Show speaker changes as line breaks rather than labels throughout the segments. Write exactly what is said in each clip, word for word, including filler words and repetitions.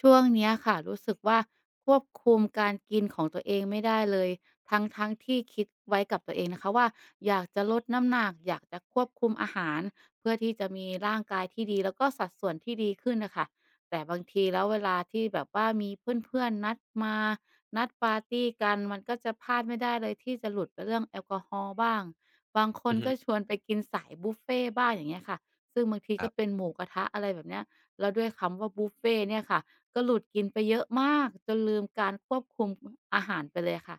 ช่วงเนี้ยค่ะรู้สึกว่าควบคุมการกินของตัวเองไม่ได้เลยทั้งทั้งที่คิดไว้กับตัวเองนะคะว่าอยากจะลดน้ำหนักอยากจะควบคุมอาหารเพื่อที่จะมีร่างกายที่ดีแล้วก็สัดส่วนที่ดีขึ้นน่ะค่ะแต่บางทีแล้วเวลาที่แบบว่ามีเพื่อนๆนัดมานัดปาร์ตีกันมันก็จะพลาดไม่ได้เลยที่จะหลุดไปเรื่องแอลกอฮอล์บ้างบางคน
อือฮึ
ก็ชวนไปกินสายบุฟเฟต์บ้างอย่างเงี้ยค่ะซึ่งบางที
ค
ก็
รั
เป็น
บ
หมูกระทะอะไรแบบเนี้ยแล้วด้วยคำว่าบุฟเฟต์เนี่ยค่ะ ก็หลุดกินไปเยอะมากจนลืมการควบคุมอาหารไปเลยค่ะ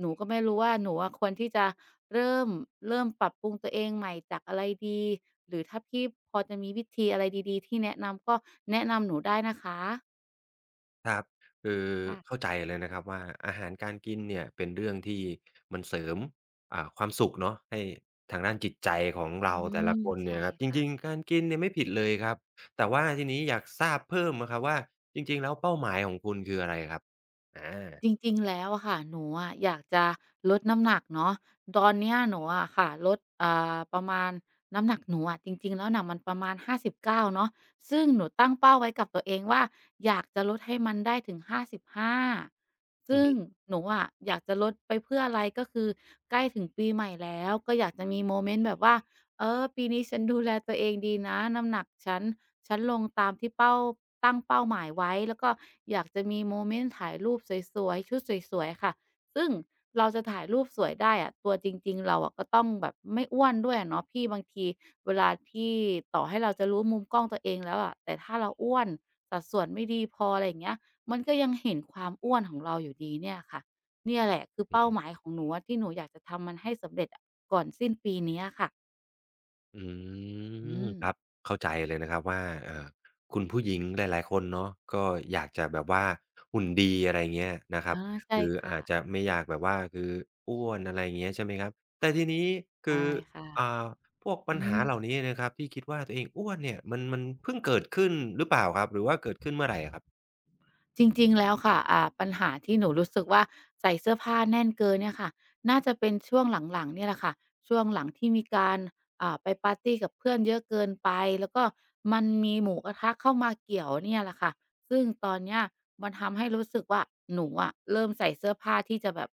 หนูก็ไม่รู้ว่าหนูอะควรที่จะเริ่มเริ่มปรับปรุงตัวเองใหม่จากอะไรดีหรือถ้าพี่พอจะมีวิธีอะไรดีๆที่แนะนำก็แนะนำหนูได้นะคะ
ครับคือเข้า
ค่ะ
ใจเลยนะครับว่าอาหารการกินเนี่ยเป็นเรื่องที่มันเสริมอ่าความสุขเนาะให้ทางด้านจิตใจของ
อื
เราแต่
ม
ละคนเนี่
ใช่
ยครับจริง
ค่ะ
ๆการกินเนี่ยไม่ผิดเลยครับแต่ว่าทีนี้อยากทราบเพิ่มอะครับว่าจริงๆแล้วเป้าหมายของคุณคืออะไรครับอา
จริงๆแล้วอะค่ะหนูอะอยากจะลดน้ำหนักเนาะตอนเนี้ยหนูอะค่ะลดอ่าประมาณน้ำหนักหนูอะจริงๆแล้วน่ะมันประมาณห้าสิบเก้าเนาะซึ่งหนูตั้งเป้าไว้กับตัวเองว่าอยากจะลดให้มันได้ถึงห้าสิบห้า
อือ
ซึ่ง
ฮ
หนูอะอยากจะลดไปเพื่ออะไรก็คือใกล้ถึงปีใหม่แล้วก็อยากจะมีโมเมนต์แบบว่า เออปีนี้ฉันดูแลตัวเองดีนะน้ำหนักฉันฉันลงตามที่เป้าตั้งเป้าหมายไว้แล้วก็อยากจะมีโมเมนต์ถ่ายรูปสวยๆชุดสวยๆค่ะซึ่งเราจะถ่ายรูปสวยได้อะตัวจริงๆเราอะก็ต้องแบบไม่อ้วนด้วยอะเนาะพี่บางทีเวลาที่ต่อให้เราจะรู้มุมกล้องตัวเองแล้วอะแต่ถ้าเราอ้วนสัดส่วนไม่ดีพออะไรอย่างเงี้ยมันก็ยังเห็นความอ้วนของเราอยู่ดีเนี่ยค่ะเนี่ยแหละคือ
ึ
เป้าหมายของหนูอะที่หนูอยากจะทำมันให้สำเร็จอะก่อนสิ้นปีเนี้ยค่ะ
อื
อื
ม
ม
ครับเข้าใจเลยนะครับว่าเอ่อคุณผู้หญิงหลายๆคนเนาะก็อยากจะแบบว่าหุ่นดีอะไรเงี้ยนะครับ
อาใช่
คือ
ค่ะ
อาจจะไม่อยากแบบว่าคืออ้วนอะไรอย่างเงี้ยใช่ไหมครับแต่ทีนี้คือ
ได้ค่ะ
อ่าพวกปัญ
อื
หา
ม
เหล่านี้นะครับที่คิดว่าตัวเองอ้วนเนี่ยมันมันเพิ่งเกิดขึ้นหรือเปล่าครับหรือว่าเกิดขึ้นเมื่อไรอะครับ
จริงๆ แล้วค่ะอ่าปัญหาที่หนูรู้สึกว่าใส่เสื้อผ้าแน่นเกินเนี่ยค่ะ น่าจะเป็นช่วงหลังๆเนี่ยแหละค่ะช่วงหลังที่มีการอ่าไปปาร์ตีกับเพื่อนเยอะเกินไปแล้วก็มันมีหมูกระทะเข้ามาเกี่ยวเนี่ยแหละค่ะซึ่งตอนเนี้ยมันทำให้รู้สึกว่าหนูอะเริ่มใส่เสื้อผ้าที่จะแบบ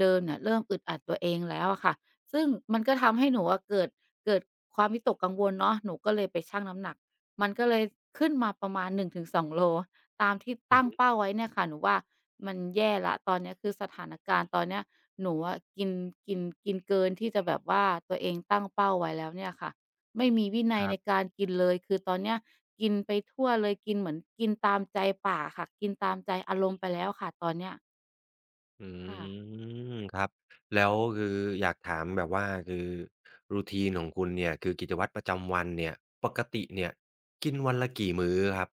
เดิมๆเนี่ยเริ่มอึดอัดตัวเองแล้วอะค่ะ ซึ่งมันก็ทำให้หนูอะเกิดเกิดความวิตกกังวลเนาะหนูก็เลยไปชั่งน้ำหนักมันก็เลยขึ้นมาประมาณหนึ่งถึงสองโล ตามที่
อือ
ตั้ง
ฮึ
เป้าไว้เนี่ยค่ะหนูว่ามันแย่ละตอนเนี้ยคือสถานการณ์ตอนเนี้ยหนูอะกินกินกินเกินที่จะแบบว่าตัวเองตั้งเป้าไว้แล้วเนี่ยค่ะไม่มีวินั
ค
ย
รั
ใน
บ
การกินเลยคือตอนเนี้ยกินไปทั่วเลยกินเหมือนกินตามใจปากค่ะกินตามใจอารมณ์ไปแล้วค่ะตอนเนี้ย
อ
ค่ะ
ืมครับแล้วคืออยากถามแบบว่าคือรูทีนของคุณเนี่ยคือกิจวัตรประจำวันเนี่ยปกติเนี่ยกินวันละกี่มื้อครับ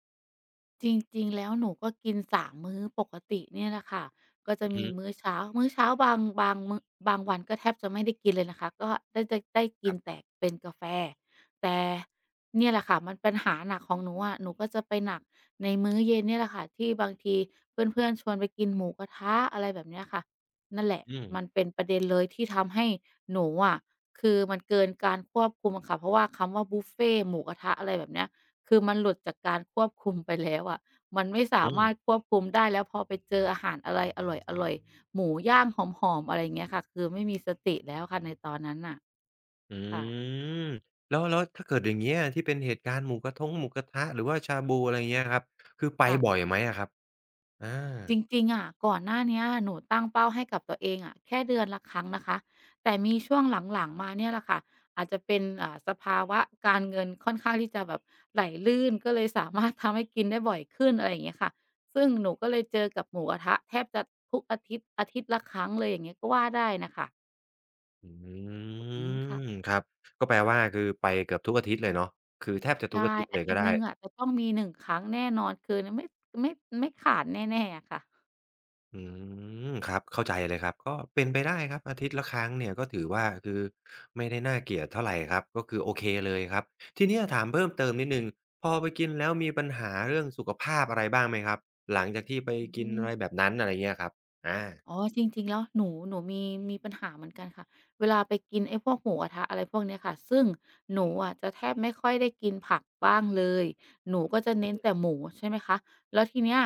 จริงๆแล้วหนูก็กินสสามมมื้อปกติเนี่ยแหละค่ะก็จะ
อือ
มี
ฮึ
มื้อเช้ามื้อเช้าบางบางมื้อบางวันก็แทบจะไม่ได้กินเลยนะคะก็ได้ได้ได้กิ
ค
น
รับ
แต่เป็นกาแฟแต่เนี่ยแหละค่ะมันปัญหาหนักของหนูอะหนูก็จะไปหนักในมื้อเย็นเนี่ยแหละค่ะที่บางทีเพื่อนๆชวนไปกินหมูกระทะอะไรแบบเนี้ยค่ะนั่นแหละ
อืม
มันเป็นประเด็นเลยที่ทำให้หนูอะคือมันเกินการควบคุมอะค่ะเพราะว่าคำว่าบุฟเฟต์หมูกระทะอะไรแบบเนี้ย คือมันหลุดจากการควบคุมไปแล้วอะมันไม่สา
อื
มาร
ม
ถควบคุมได้แล้วพอไปเจออาหารอะไรอร่อยๆหมูย่างหอมๆอะไรอย่างเงี้ยค่ะ คือไม่มีสติแล้วค่ะในตอนนั้นน่ะ
อื
ค่ะ
มแล้วแล้วถ้าเกิดอย่างเงี้ยที่เป็นเหตุการณ์หมูกะทงหมูกระทะหรือว่าชาบูอะไรเงี้ยครับคือไป
ค่ะ
บ่อยไหมอะครับอา
จริงๆอะก่อนหน้าเนี้ยหนูตั้งเป้าให้กับตัวเองอะแค่เดือนละครั้งนะคะแต่มีช่วงหลังๆมาเนี่ยแหละค่ะอาจจะเป็นอ่าสภาวะการเงินค่อนข้างที่จะแบบไหลลื่นก็เลยสามารถทำให้กินได้บ่อยขึ้นอะไรอย่างเงี้ยค่ะซึ่งหนูก็เลยเจอกับหมูกระทะแทบจะทุกอาทิตย์อาทิตย์ละครั้งเลยอย่างเงี้ยก็ว่าได้น่ะค่ะ
อื
อืมค่ะ
มครับก็แปลว่าคือไปเกือบทุกอาทิตย์เลยเนาะคือแทบจะทุ
ใช่
กอาทิตย์เล
อา
ย
ทิ
ก็
ตย์
ได้
หนึ่งอะจะต้องมีหนึ่งครั้งแน่นอนคือนไม่ไม่ไม่ขาดแน่ๆอะค่ะ
อืมครับเข้าใจเลยครับก็เป็นไปได้ครับอาทิตย์ละครั้งเนี่ยก็ถือว่าคือไม่ได้น่าเกลียดเท่าไรครับก็คือโอเคเลยครับทีเนี้ยถามเพิ่มเติมนิดหนึ่งพอไปกินแล้วมีปัญหาเรื่องสุขภาพอะไรบ้างไหมครับหลังจากที่ไป
อื
กิน
ม
อะไรแบบนั้นอะไรเงี้ยครับอา
อ๋อจริงๆแล้วหนูหนูมีมีปัญหาเหมือนกันค่ะเวลาไปกินไอ้พวกหมูกระทะอะไรพวกเนี้ยค่ะซึ่งหนูอะจะแทบไม่ค่อยได้กินผักบ้างเลยหนูก็จะเน้นแต่หมูใช่ไหมคะแล้วทีเนี้ย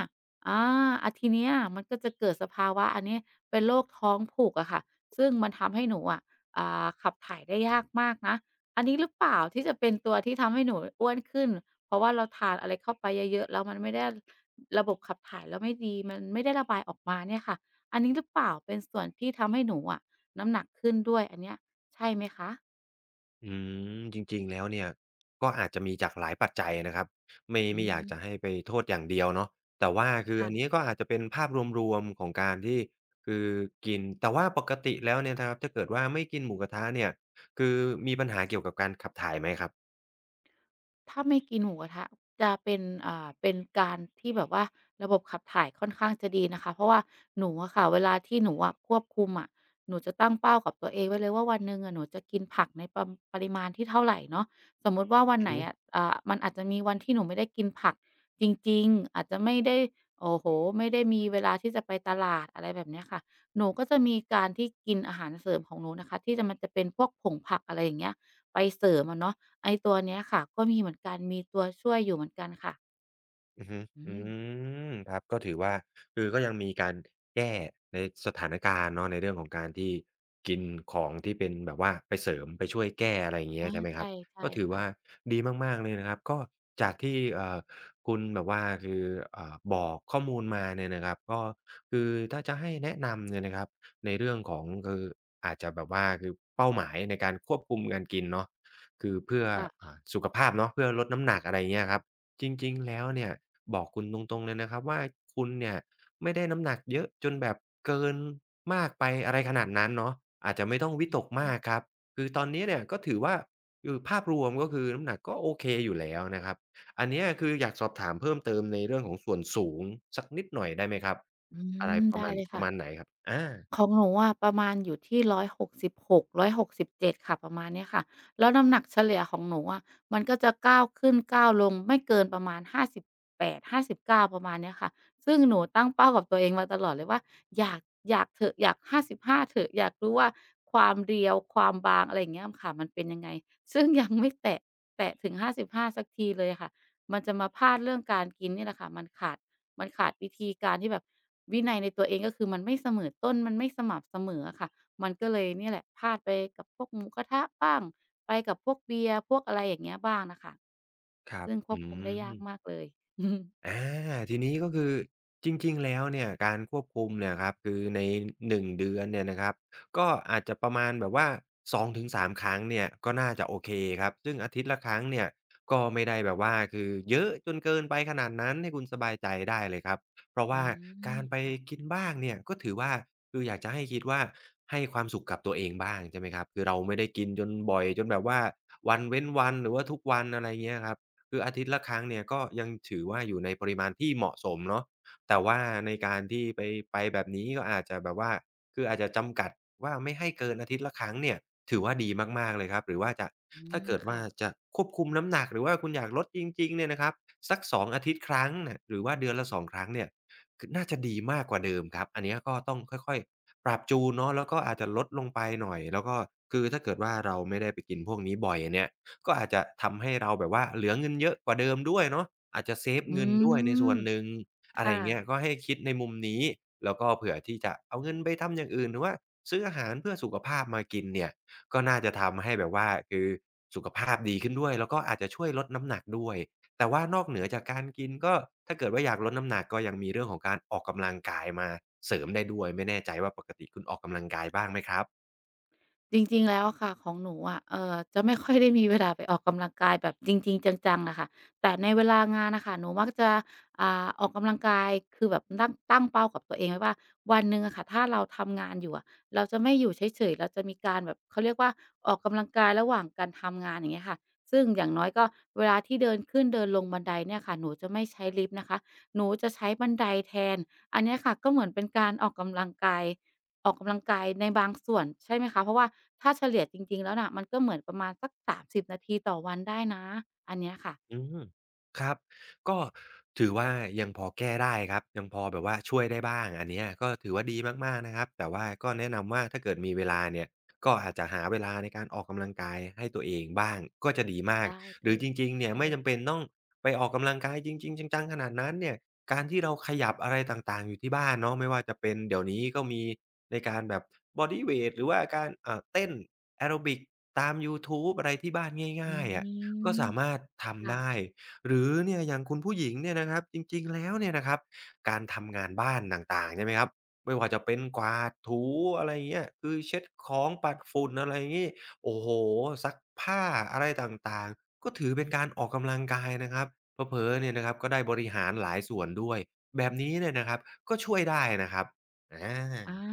อาอาทีเนี้ยมันก็จะเกิดสภาวะอันนี้เป็นโรคท้องผูกอะค่ะซึ่งมันทำให้หนูอะอ่าขับถ่ายได้ยากมากนะอันนี้หรือเปล่าที่จะเป็นตัวที่ทำให้หนูอ้วนขึ้นเพราะว่าเราทานอะไรเข้าไปเยอะๆแล้วมันไม่ได้ระบบขับถ่ายเราไม่ดีมันไม่ได้ระบายออกมาเนี่ยค่ะ อันนี้หรือเปล่าเป็นส่วนที่ทำให้หนูอะน้ำหนักขึ้นด้วยอันเนี้ยใช่ไหมคะ
อืมจริงๆแล้วเนี่ยก็อาจจะมีจากหลายปัจจัยนะครับไม่
อื
ไม่อยากจะให้
ม
ไปโทษอย่างเดียวเนาะแต่ว่าอคืออันนี้
ค่ะ
ก็อาจจะเป็นภาพรวมๆของการที่คือกินแต่ว่าปกติแล้วเนี่ยนะครับถ้าเกิดว่าไม่กินหมูกระทะเนี่ยคือมีปัญหาเกี่ยวกับการขับถ่ายไหมครับ
ถ้าไม่กินหมูกระทะจะเป็นอ่าเป็นการที่แบบว่าระบบขับถ่ายค่อนข้างจะดีนะคะเพราะว่าหนูอะค่ะเวลาที่หนูอะควบคุมอะหนูจะตั้งเป้ากับตัวเองไว้เลยว่าวันหนึ่งอะหนูจะกินผักในปำปริมาณที่เท่าไรเนาะสมมุติว่าวัน
อื
ไห
อ
น
ฮึ
อะอ่ามันอาจจะมีวันที่หนูไม่ได้กินผักจริงๆอาจจะไม่ได้โอ้โฮไม่ได้มีเวลาที่จะไปตลาดอะไรแบบเนี้ยค่ะหนูก็จะมีการที่กินอาหารเสริมของหนูนะคะที่จะมันจะเป็นพวกผงผักอะไรอย่างเงี้ยไปเสริมอะเนาะ ไอ้ตัวเนี้ยค่ะก็มีเหมือนกันมีตัวช่วยอยู่เหมือนกันค่ะ
อือฮึ
อื
อื
ม
มครับก็ถือว่าคือก็ยังมีการแก้ในสถานการณ์เนาะในเรื่องของการที่กินของที่เป็นแบบว่าไปเสริมไปช่วยแก้อะไรอย่างเงี้ย
อา
ใช่ไหมครับ
ใช่ใช่
ก็ถือ
ค่ะ
ว่าดีมากๆเลยนะครับก็จากที่เอ่อคุณแบบว่าคือเอ่อบอกข้อมูลมาเนี่ยนะครับก็คือถ้าจะให้แนะนำเนี่ยนะครับในเรื่องของคืออาจจะแบบว่าคือเป้าหมายในการควบคุมการกินเนาะคือเพื่อ
ค่ะ
อ่าสุขภาพเนาะเพื่อลดน้ำหนักอะไรอย่างเงี้ยครับ จริงๆแล้วเนี่ยบอกคุณตรงๆเลยนะครับว่าคุณเนี่ยไม่ได้น้ำหนักเยอะจนแบบเกินมากไปอะไรขนาดนั้นเนาะอาจจะไม่ต้องวิตกมากครับคือตอนนี้เนี่ยก็ถือว่าคือภาพรวมก็คือน้ำหนักก็โอเคอยู่แล้วนะครับอันเนี้ยคืออยากสอบถามเพิ่มเติมในเรื่องของส่วนสูงสักนิดหน่อยได้ไหมครับ
อื
อะไร
ม
ประ
ได้
มาณ
เลย
ประ
ค่ะ
มาณไหนครับอา
ของหนูอะประมาณอยู่ที่ร้อยหกสิบหกร้อยหกสิบเหนึ่งร้อยหกสิบเจ็ดค่ะประมาณเนี้ยค่ะแล้วน้ำหนักเฉลี่ยของหนูอะมันก็จะก้าวขึ้นก้าวลงไม่เกินประมาณห้าสิห้าแปดห้าสิบเก้าประมาณเนี้ยค่ะซึ่งหนูตั้งเป้ากับตัวเองมาตลอดเลยว่าอยากอยากเถอะอยากห้าสิบห้าเถอะอยากรู้ว่าความเรียวความบางอะไรอย่างเงี้ยค่ะมันเป็นยังไงซึ่งยังไม่แตะแตะถึงห้าสบห้าสักทีเลยค่ะมันจะมาพลาดเรื่องการกินนี่แหละค่ะมันขาด มันขาดวิธีการที่แบบวินัยในตัวเองก็คือมันไม่เสมอต้นมันไม่สม่ำเสมออะค่ะมันก็เลยเนี่ยแหละพลาดไปกับพวกหมูกระทะบ้างไปกับพวกเบียร์พวกอะไรอย่างเงี้ยบ้างน่ะค่ะ
ครับ
ซึ่งคว
อื
บคุมได้ยาก
ม
มากเลย
อาทีนี้ก็คือจริงๆแล้วเนี่ยการควบคุมเนี่ยครับคือในหนึ่งเดือนเนี่ยนะครับก็อาจจะประมาณแบบว่าสองถึงสาสามครั้งเนี่ยก็น่าจะโอเคครับซึ่งอาทิตย์ละครั้งเนี่ยก็ไม่ได้แบบว่าคือเยอะจนเกินไปขนาดนั้นให้คุณสบายใจได้เลยครับเพราะ
อื
ว่า
ม
การไป
ค่ะ
กินบ้างเนี่ยก็ถือว่าคืออยากจะให้คิดว่าให้ความสุขกับตัวเองบ้างใช่ไหมครับคือเราไม่ได้กินจนบ่อยจนแบบว่าวันเว้นวันหรือว่าทุกวันอะไรเงี้ยครับ คืออาทิตย์ละครั้งเนี่ยก็ยังถือว่าอยู่ในปริมาณที่เหมาะสมเนาะแต่ว่าในการที่ไปไปแบบนี้ก็อาจจะแบบว่าคืออาจจะจำกัดว่าไม่ให้เกินอาทิตย์ละครั้งเนี่ยถือว่าดีมากๆเลยครับหรือว่าจะ
อื
ถ้า
ม
เกิดว่า
ค่ะ
จะควบคุมน้ำหนักหรือว่าคุณอยากลดจริงๆเนี่ยนะครับสักสองอาทิตย์ครั้งเนี่ยหรือว่าเดือนละสองครั้งเนี่ยคือน่าจะดีมากกว่าเดิมครับอันเนี้ยก็ต้องค่อยๆปรับจูนเนาะแล้วก็อาจจะลดลงไปหน่อยแล้วก็คือถ้าเกิดว่าเราไม่ได้ไปกินพวกนี้บ่อยเนี่ย ก็อาจจะทำให้เราแบบว่าเหลือเงินเยอะกว่าเดิมด้วยเนาะอาจจะเซฟ
อื
เงินด้วยในส่
ม
วนหนึ่งอะไร
ค่ะ
อย่างเงี้ยก็ให้คิดในมุมนี้แล้วก็เผื่อที่จะเอาเงินไปทำอย่างอื่นหรือว่าซื้ออาหารเพื่อสุขภาพมากินเนี่ยก็น่าจะทำให้แบบว่าคือสุขภาพดีขึ้นด้วยแล้วก็อาจจะช่วยลดน้ำหนักด้วยแต่ว่านอกเหนือจากการกินก็ถ้าเกิดว่าอยากลดน้ำหนักก็ยังมีเรื่องของการออกกำลังกายมาเสริมได้ด้วยไม่แน่ใจว่าปกติคุณออกกำลังกายบ้างไหมครับ
จริงๆแล้วอะค่ะของหนูอะเอ่อจะไม่ค่อยได้มีเวลาไปออกกำลังกายแบบจริงๆจังๆน่ะค่ะแต่ในเวลางานน่ะค่ะหนูมักจะอ่าออกกำลังกายคือแบบตั้งตั้งเป้ากับตัวเองไว้ว่าวันหนึ่งอะค่ะถ้าเราทำงานอยู่อะเราจะไม่อยู่เฉยๆเราจะมีการแบบเขาเรียกว่าออกกำลังกายระหว่างการทำงานอย่างเงี้ยค่ะซึ่งอย่างน้อยก็เวลาที่เดินขึ้นเดินลงบันไดเนี่ยค่ะหนูจะไม่ใช้ลิฟต์นะคะหนูจะใช้บันไดแทนอันเนี้ยค่ะก็เหมือนเป็นการออกกำลังกาย ออกกำลังกายในบางส่วนใช่ไหมคะเพราะว่าถ้าเฉลี่ยจริงๆแล้วน่ะมันก็เหมือนประมาณสักสามสิบนาทีต่อวันได้นะอันเนี้ยค่ะ
อืมครับก็ถือว่ายังพอแก้ได้ครับยังพอแบบว่าช่วยได้บ้างอันเนี้ยก็ถือว่าดีมากๆนะครับแต่ว่าก็แนะนำว่าถ้าเกิดมีเวลาเนี่ยก็อาจจะหาเวลาในการออกกำลังกายให้ตัวเองบ้างก็จะดีมาก
ได้เล
หรือ
ย
จริงๆเนี่ย
ได้
ไม่
เลย
จำ
ค่ะ
เป็นต้องไปออกกำลังกายจริงๆจังๆขนาดนั้นเนี่ยการที่เราขยับอะไรต่างๆอยู่ที่บ้านเนาะไม่ว่าจะเป็นเดี๋ยวนี้ก็มีในการแบบบอดีเวตหรือว่าการอ่าเต้นแอโรบิกตามยูทูบอะไรที่บ้าน
อื
ง่ายๆอะ ก็
ม
สามารถทำ
ค่ะ
ได้หรือเนี่ยอย่างคุณผู้หญิงเนี่ยนะครับจริงๆแล้วเนี่ยนะครับการทำงานบ้านต่างๆใช่ไหมครับไม่ว่าจะเป็นกวาดถูอะไรอย่างเงี้ยคือเช็ดของปัดฝุ่นอะไรอย่างงี้โอ้โฮซักผ้าอะไรต่างๆก็ถือเป็นการออกกำลังกายนะครับเผลอๆเนี่ยนะครับก็ได้บริหารหลายส่วนด้วยแบบนี้เนี่ยนะครับก็ช่วยได้นะครับอ
อา
า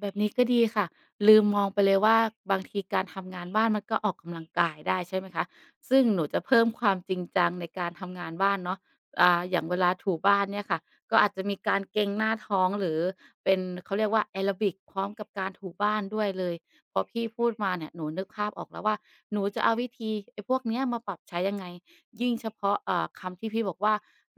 แบบนี้ก็ดีค่ะลืมมองไปเลยว่าบางทีการทำงานบ้านมันก็ออกกำลังกายได้ใช่ไหมคะซึ่งหนูจะเพิ่มความจริงจังในการทำงานบ้านเนาะอ่าอย่างเวลาถูบ้านเนี่ยค่ะก็อาจจะมีการเกร็งหน้าท้องหรือเป็นเขาเรียกว่าแอโรบิกพร้อมกับการถูบ้านด้วยเลยพอพี่พูดมาเนี่ยหนูนึกภาพออกแล้วว่าหนูจะเอาวิธีไอ้พวกเนี้ยมาปรับใช้ยังไงยิ่งเฉพาะเอ่อคำที่พี่บอกว่า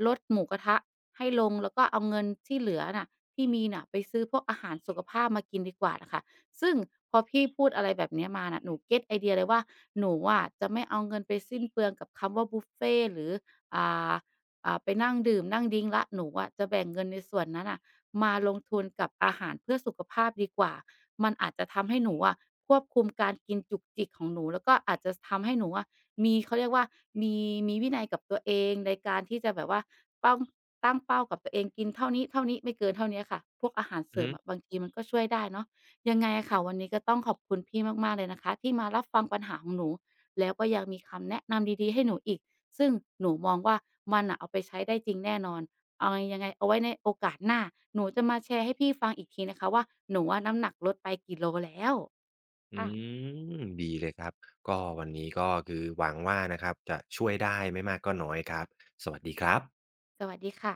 ลดหมูกระทะให้ลงแล้วก็เอาเงินที่เหลือน่ะ ที่มีน่ะไปซื้อพวกอาหารสุขภาพมากินดีกว่าน่ะค่ะซึ่งพอพี่พูดอะไรแบบเนี้ยมาน่ะหนูเก็ตไอเดียเลยว่าหนูอะจะไม่เอาเงินไปสิ้นเปลืองกับคำว่าบุฟเฟต์หรืออ่าอ่าไปนั่งดื่มนั่งดริงก์แล้วหนูอะจะแบ่งเงินในส่วนนั้นน่ะมาลงทุนกับอาหารเพื่อสุขภาพดีกว่ามันอาจจะทำให้หนูอะควบคุมการกินจุกจิกของหนูแล้วก็อาจจะทำให้หนูอะ มีเขาเรียกว่ามีมีวินัยกับตัวเองในการที่จะแบบว่าต้องตั้งเป้ากับตัวเองกินเท่านี้ๆไม่เกินเท่าเนี้ยค่ะพวกอาหารเส
อือ
ริ
ฮึ
มอะบางทีมันก็ช่วยได้เนาะยังไงอะค่ะวันนี้ก็ต้องขอบคุณพี่มากๆเลยนะคะที่มารับฟังปัญหาของหนูแล้วก็ยังมีคำแนะนำดีๆให้หนูอีกซึ่งหนูมองว่ามันน่ะเอาไปใช้ได้จริงแน่นอนเอาไงยังไงเอาไว้ในโอกาสหน้าหนูจะมาแชร์ให้พี่ฟังอีกทีนะคะว่าหนูอะน้ำหนักลดไปกี่โลแล้ว
อื
ค่ะ
มดีเลยครับก็วันนี้ก็คือหวังว่านะครับจะช่วยได้ไม่มากก็น้อยครับสวัสดีครับ
สวัสดีค่ะ